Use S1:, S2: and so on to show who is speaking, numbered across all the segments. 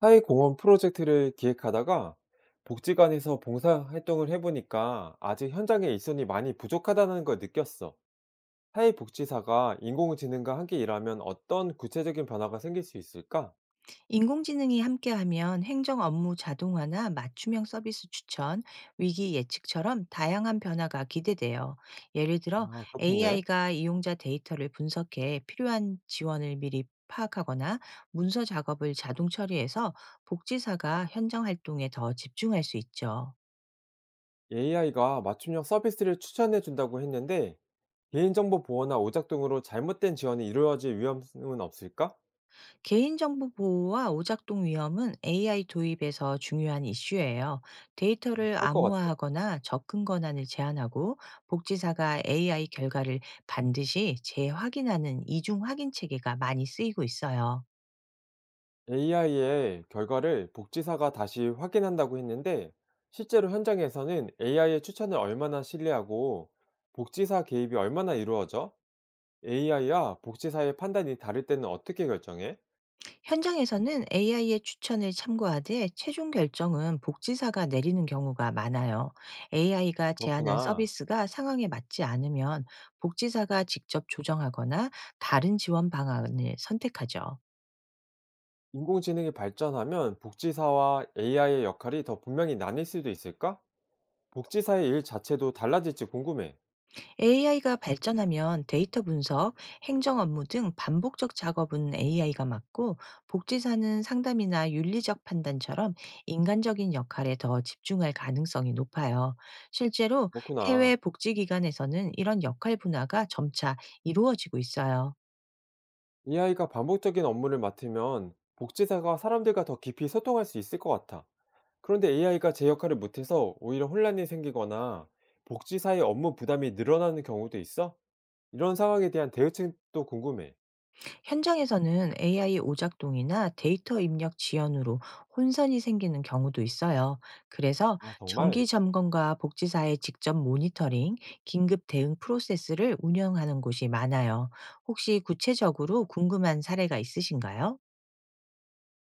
S1: 사회공헌 프로젝트를 기획하다가 복지관에서 봉사활동을 해보니까 아직 현장에 일손이 많이 부족하다는 걸 느꼈어. 사회복지사가 인공지능과 함께 일하면 어떤 구체적인 변화가 생길 수 있을까?
S2: 인공지능이 함께하면 행정 업무 자동화나 맞춤형 서비스 추천, 위기 예측처럼 다양한 변화가 기대돼요. 예를 들어
S1: 아, 그렇겠네.
S2: AI가 이용자 데이터를 분석해 필요한 지원을 미리 파악하거나 문서 작업을 자동 처리해서 복지사가 현장 활동에 더 집중할 수 있죠.
S1: AI가 맞춤형 서비스를 추천해준다고 했는데 개인정보 보호나 오작동으로 잘못된 지원이 이루어질 위험은 없을까?
S2: 개인정보 보호와 오작동 위험은 AI 도입에서 중요한 이슈예요. 데이터를
S1: 그럴 것 같아.
S2: 암호화하거나 접근 권한을 제한하고 복지사가 AI 결과를 반드시 재확인하는 이중 확인 체계가 많이 쓰이고 있어요.
S1: AI의 결과를 복지사가 다시 확인한다고 했는데 실제로 현장에서는 AI의 추천을 얼마나 신뢰하고 복지사 개입이 얼마나 이루어져? AI와 복지사의 판단이 다를 때는 어떻게 결정해?
S2: 현장에서는 AI의 추천을 참고하되 최종 결정은 복지사가 내리는 경우가 많아요. AI가 제안한
S1: 그렇구나.
S2: 서비스가 상황에 맞지 않으면 복지사가 직접 조정하거나 다른 지원 방안을 선택하죠.
S1: 인공지능이 발전하면 복지사와 AI의 역할이 더 분명히 나뉠 수도 있을까? 복지사의 일 자체도 달라질지 궁금해.
S2: AI가 발전하면 데이터 분석, 행정 업무 등 반복적 작업은 AI가 맡고 복지사는 상담이나 윤리적 판단처럼 인간적인 역할에 더 집중할 가능성이 높아요. 실제로
S1: 그렇구나.
S2: 해외 복지기관에서는 이런 역할 분화가 점차 이루어지고 있어요.
S1: AI가 반복적인 업무를 맡으면 복지사가 사람들과 더 깊이 소통할 수 있을 것 같아. 그런데 AI가 제 역할을 못해서 오히려 혼란이 생기거나 복지사의 업무 부담이 늘어나는 경우도 있어? 이런 상황에 대한 대응책도 궁금해.
S2: 현장에서는 AI 오작동이나 데이터 입력 지연으로 혼선이 생기는 경우도 있어요. 그래서
S1: 아, 정말?
S2: 정기 점검과 복지사의 직접 모니터링, 긴급 대응 프로세스를 운영하는 곳이 많아요. 혹시 구체적으로 궁금한 사례가 있으신가요?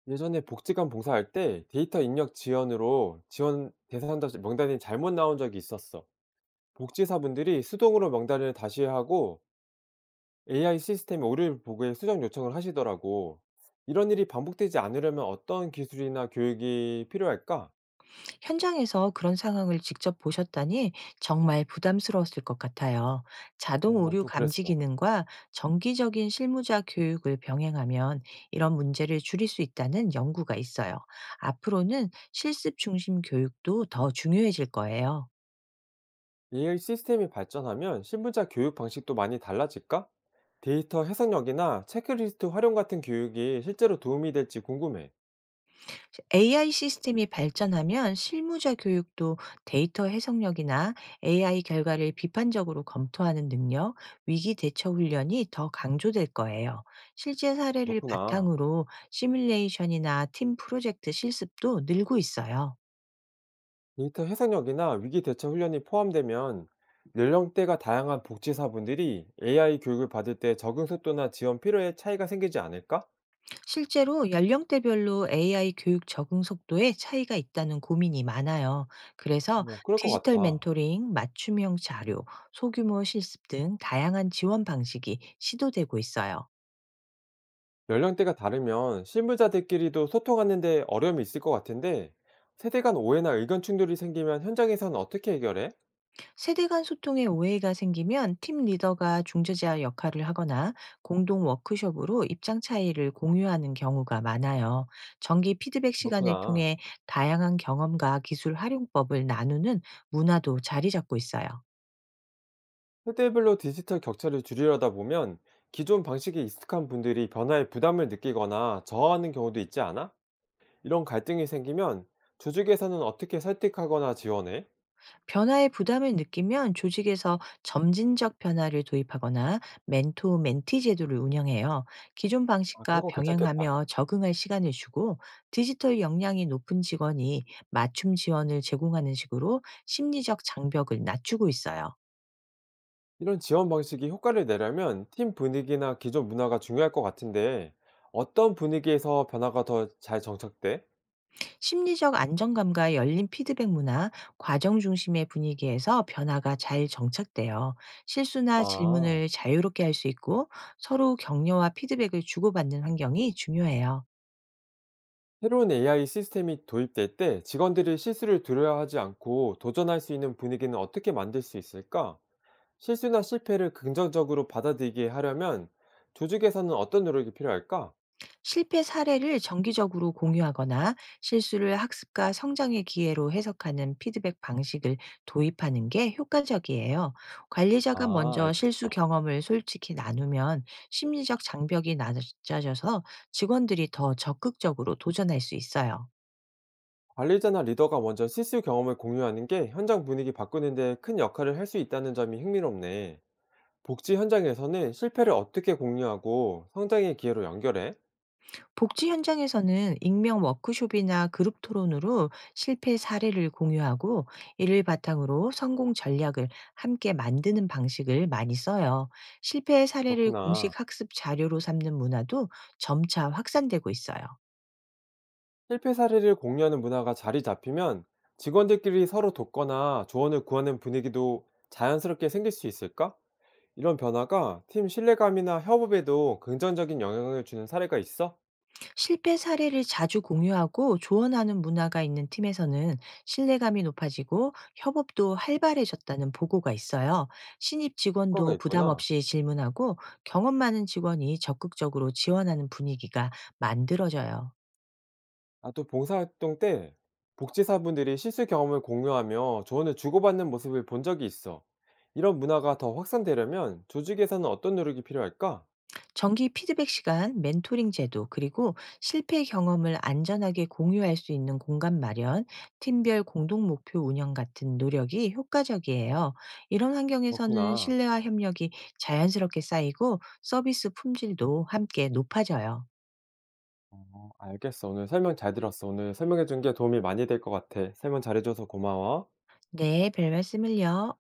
S1: 예전에 복지관 봉사할 때 데이터 입력 지연으로 지원 대상자 명단이 잘못 나온 적이 있었어. 복지사분들이 수동으로 명단을 다시 하고 AI 시스템의 오류를 보고해 수정 요청을 하시더라고. 이런 일이 반복되지 않으려면 어떤 기술이나 교육이 필요할까?
S2: 현장에서 그런 상황을 직접 보셨다니 정말 부담스러웠을 것 같아요. 자동
S1: 어,
S2: 오류
S1: 좀
S2: 감지
S1: 그랬어.
S2: 기능과 정기적인 실무자 교육을 병행하면 이런 문제를 줄일 수 있다는 연구가 있어요. 앞으로는 실습 중심 교육도 더 중요해질 거예요.
S1: AI 시스템이 발전하면 신분자 교육 방식도 많이 달라질까? 데이터 해석력이나 체크리스트 활용 같은 교육이 실제로 도움이 될지 궁금해.
S2: AI 시스템이 발전하면 실무자 교육도 데이터 해석력이나 AI 결과를 비판적으로 검토하는 능력, 위기 대처 훈련이 더 강조될 거예요. 실제 사례를
S1: 그렇구나.
S2: 바탕으로 시뮬레이션이나 팀 프로젝트 실습도 늘고 있어요.
S1: 데이터 해석력이나 위기 대처 훈련이 포함되면 연령대가 다양한 복지사분들이 AI 교육을 받을 때 적응 속도나 지원 필요에 차이가 생기지 않을까?
S2: 실제로 연령대별로 AI 교육 적응 속도에 차이가 있다는 고민이 많아요. 그래서
S1: 뭐, 그럴 것
S2: 디지털
S1: 같아.
S2: 멘토링, 맞춤형 자료, 소규모 실습 등 다양한 지원 방식이 시도되고 있어요.
S1: 연령대가 다르면 신분자들끼리도 소통하는데 어려움이 있을 것 같은데 세대 간 오해나 의견 충돌이 생기면 현장에서는 어떻게 해결해?
S2: 세대 간 소통에 오해가 생기면 팀 리더가 중재자 역할을 하거나 공동 워크숍으로 입장 차이를 공유하는 경우가 많아요. 정기 피드백 시간을
S1: 그렇구나.
S2: 통해 다양한 경험과 기술 활용법을 나누는 문화도 자리 잡고 있어요.
S1: 세대별로 디지털 격차를 줄이려다 보면 기존 방식에 익숙한 분들이 변화에 부담을 느끼거나 저하하는 경우도 있지 않아? 이런 갈등이 생기면 조직에서는 어떻게 설득하거나 지원해?
S2: 변화에 부담을 느끼면 조직에서 점진적 변화를 도입하거나 멘토 멘티 제도를 운영해요. 기존
S1: 아,
S2: 방식과
S1: 그런 거 괜찮겠다.
S2: 병행하며 적응할 시간을 주고 디지털 역량이 높은 직원이 맞춤 지원을 제공하는 식으로 심리적 장벽을 낮추고 있어요.
S1: 이런 지원 방식이 효과를 내려면 팀 분위기나 기존 문화가 중요할 것 같은데 어떤 분위기에서 변화가 더 잘 정착돼?
S2: 심리적 안정감과 열린 피드백 문화, 과정 중심의 분위기에서 변화가 잘 정착돼요. 실수나
S1: 아,
S2: 질문을 자유롭게 할 수 있고 서로 격려와 피드백을 주고받는 환경이 중요해요.
S1: 새로운 AI 시스템이 도입될 때 직원들이 실수를 두려워하지 않고 도전할 수 있는 분위기는 어떻게 만들 수 있을까? 실수나 실패를 긍정적으로 받아들이게 하려면 조직에서는 어떤 노력이 필요할까?
S2: 실패 사례를 정기적으로 공유하거나 실수를 학습과 성장의 기회로 해석하는 피드백 방식을 도입하는 게 효과적이에요. 관리자가
S1: 아,
S2: 먼저 실수
S1: 알겠어.
S2: 경험을 솔직히 나누면 심리적 장벽이 낮아져서 직원들이 더 적극적으로 도전할 수 있어요.
S1: 관리자나 리더가 먼저 실수 경험을 공유하는 게 현장 분위기 바꾸는 데 큰 역할을 할 수 있다는 점이 흥미롭네. 복지 현장에서는 실패를 어떻게 공유하고 성장의 기회로 연결해?
S2: 복지 현장에서는 익명 워크숍이나 그룹 토론으로 실패 사례를 공유하고 이를 바탕으로 성공 전략을 함께 만드는 방식을 많이 써요. 실패 사례를
S1: 그렇구나.
S2: 공식 학습 자료로 삼는 문화도 점차 확산되고 있어요.
S1: 실패 사례를 공유하는 문화가 자리 잡히면 직원들끼리 서로 돕거나 조언을 구하는 분위기도 자연스럽게 생길 수 있을까? 이런 변화가 팀 신뢰감이나 협업에도 긍정적인 영향을 주는 사례가 있어?
S2: 실패 사례를 자주 공유하고 조언하는 문화가 있는 팀에서는 신뢰감이 높아지고 협업도 활발해졌다는 보고가 있어요. 신입
S1: 효과가
S2: 직원도 부담
S1: 있구나.
S2: 없이 질문하고 경험 많은 직원이 적극적으로 지원하는 분위기가 만들어져요.
S1: 아, 또 봉사활동 때 복지사분들이 실수 경험을 공유하며 조언을 주고받는 모습을 본 적이 있어. 이런 문화가 더 확산되려면 조직에서는 어떤 노력이 필요할까?
S2: 정기 피드백 시간, 멘토링 제도, 그리고 실패 경험을 안전하게 공유할 수 있는 공간 마련, 팀별 공동 목표 운영 같은 노력이 효과적이에요. 이런 환경에서는
S1: 그렇구나.
S2: 신뢰와 협력이 자연스럽게 쌓이고 서비스 품질도 함께 높아져요.
S1: 어, 알겠어. 오늘 설명 잘 들었어. 오늘 설명해준 게 도움이 많이 될 것 같아. 설명 잘해줘서 고마워.
S2: 네, 별 말씀을요.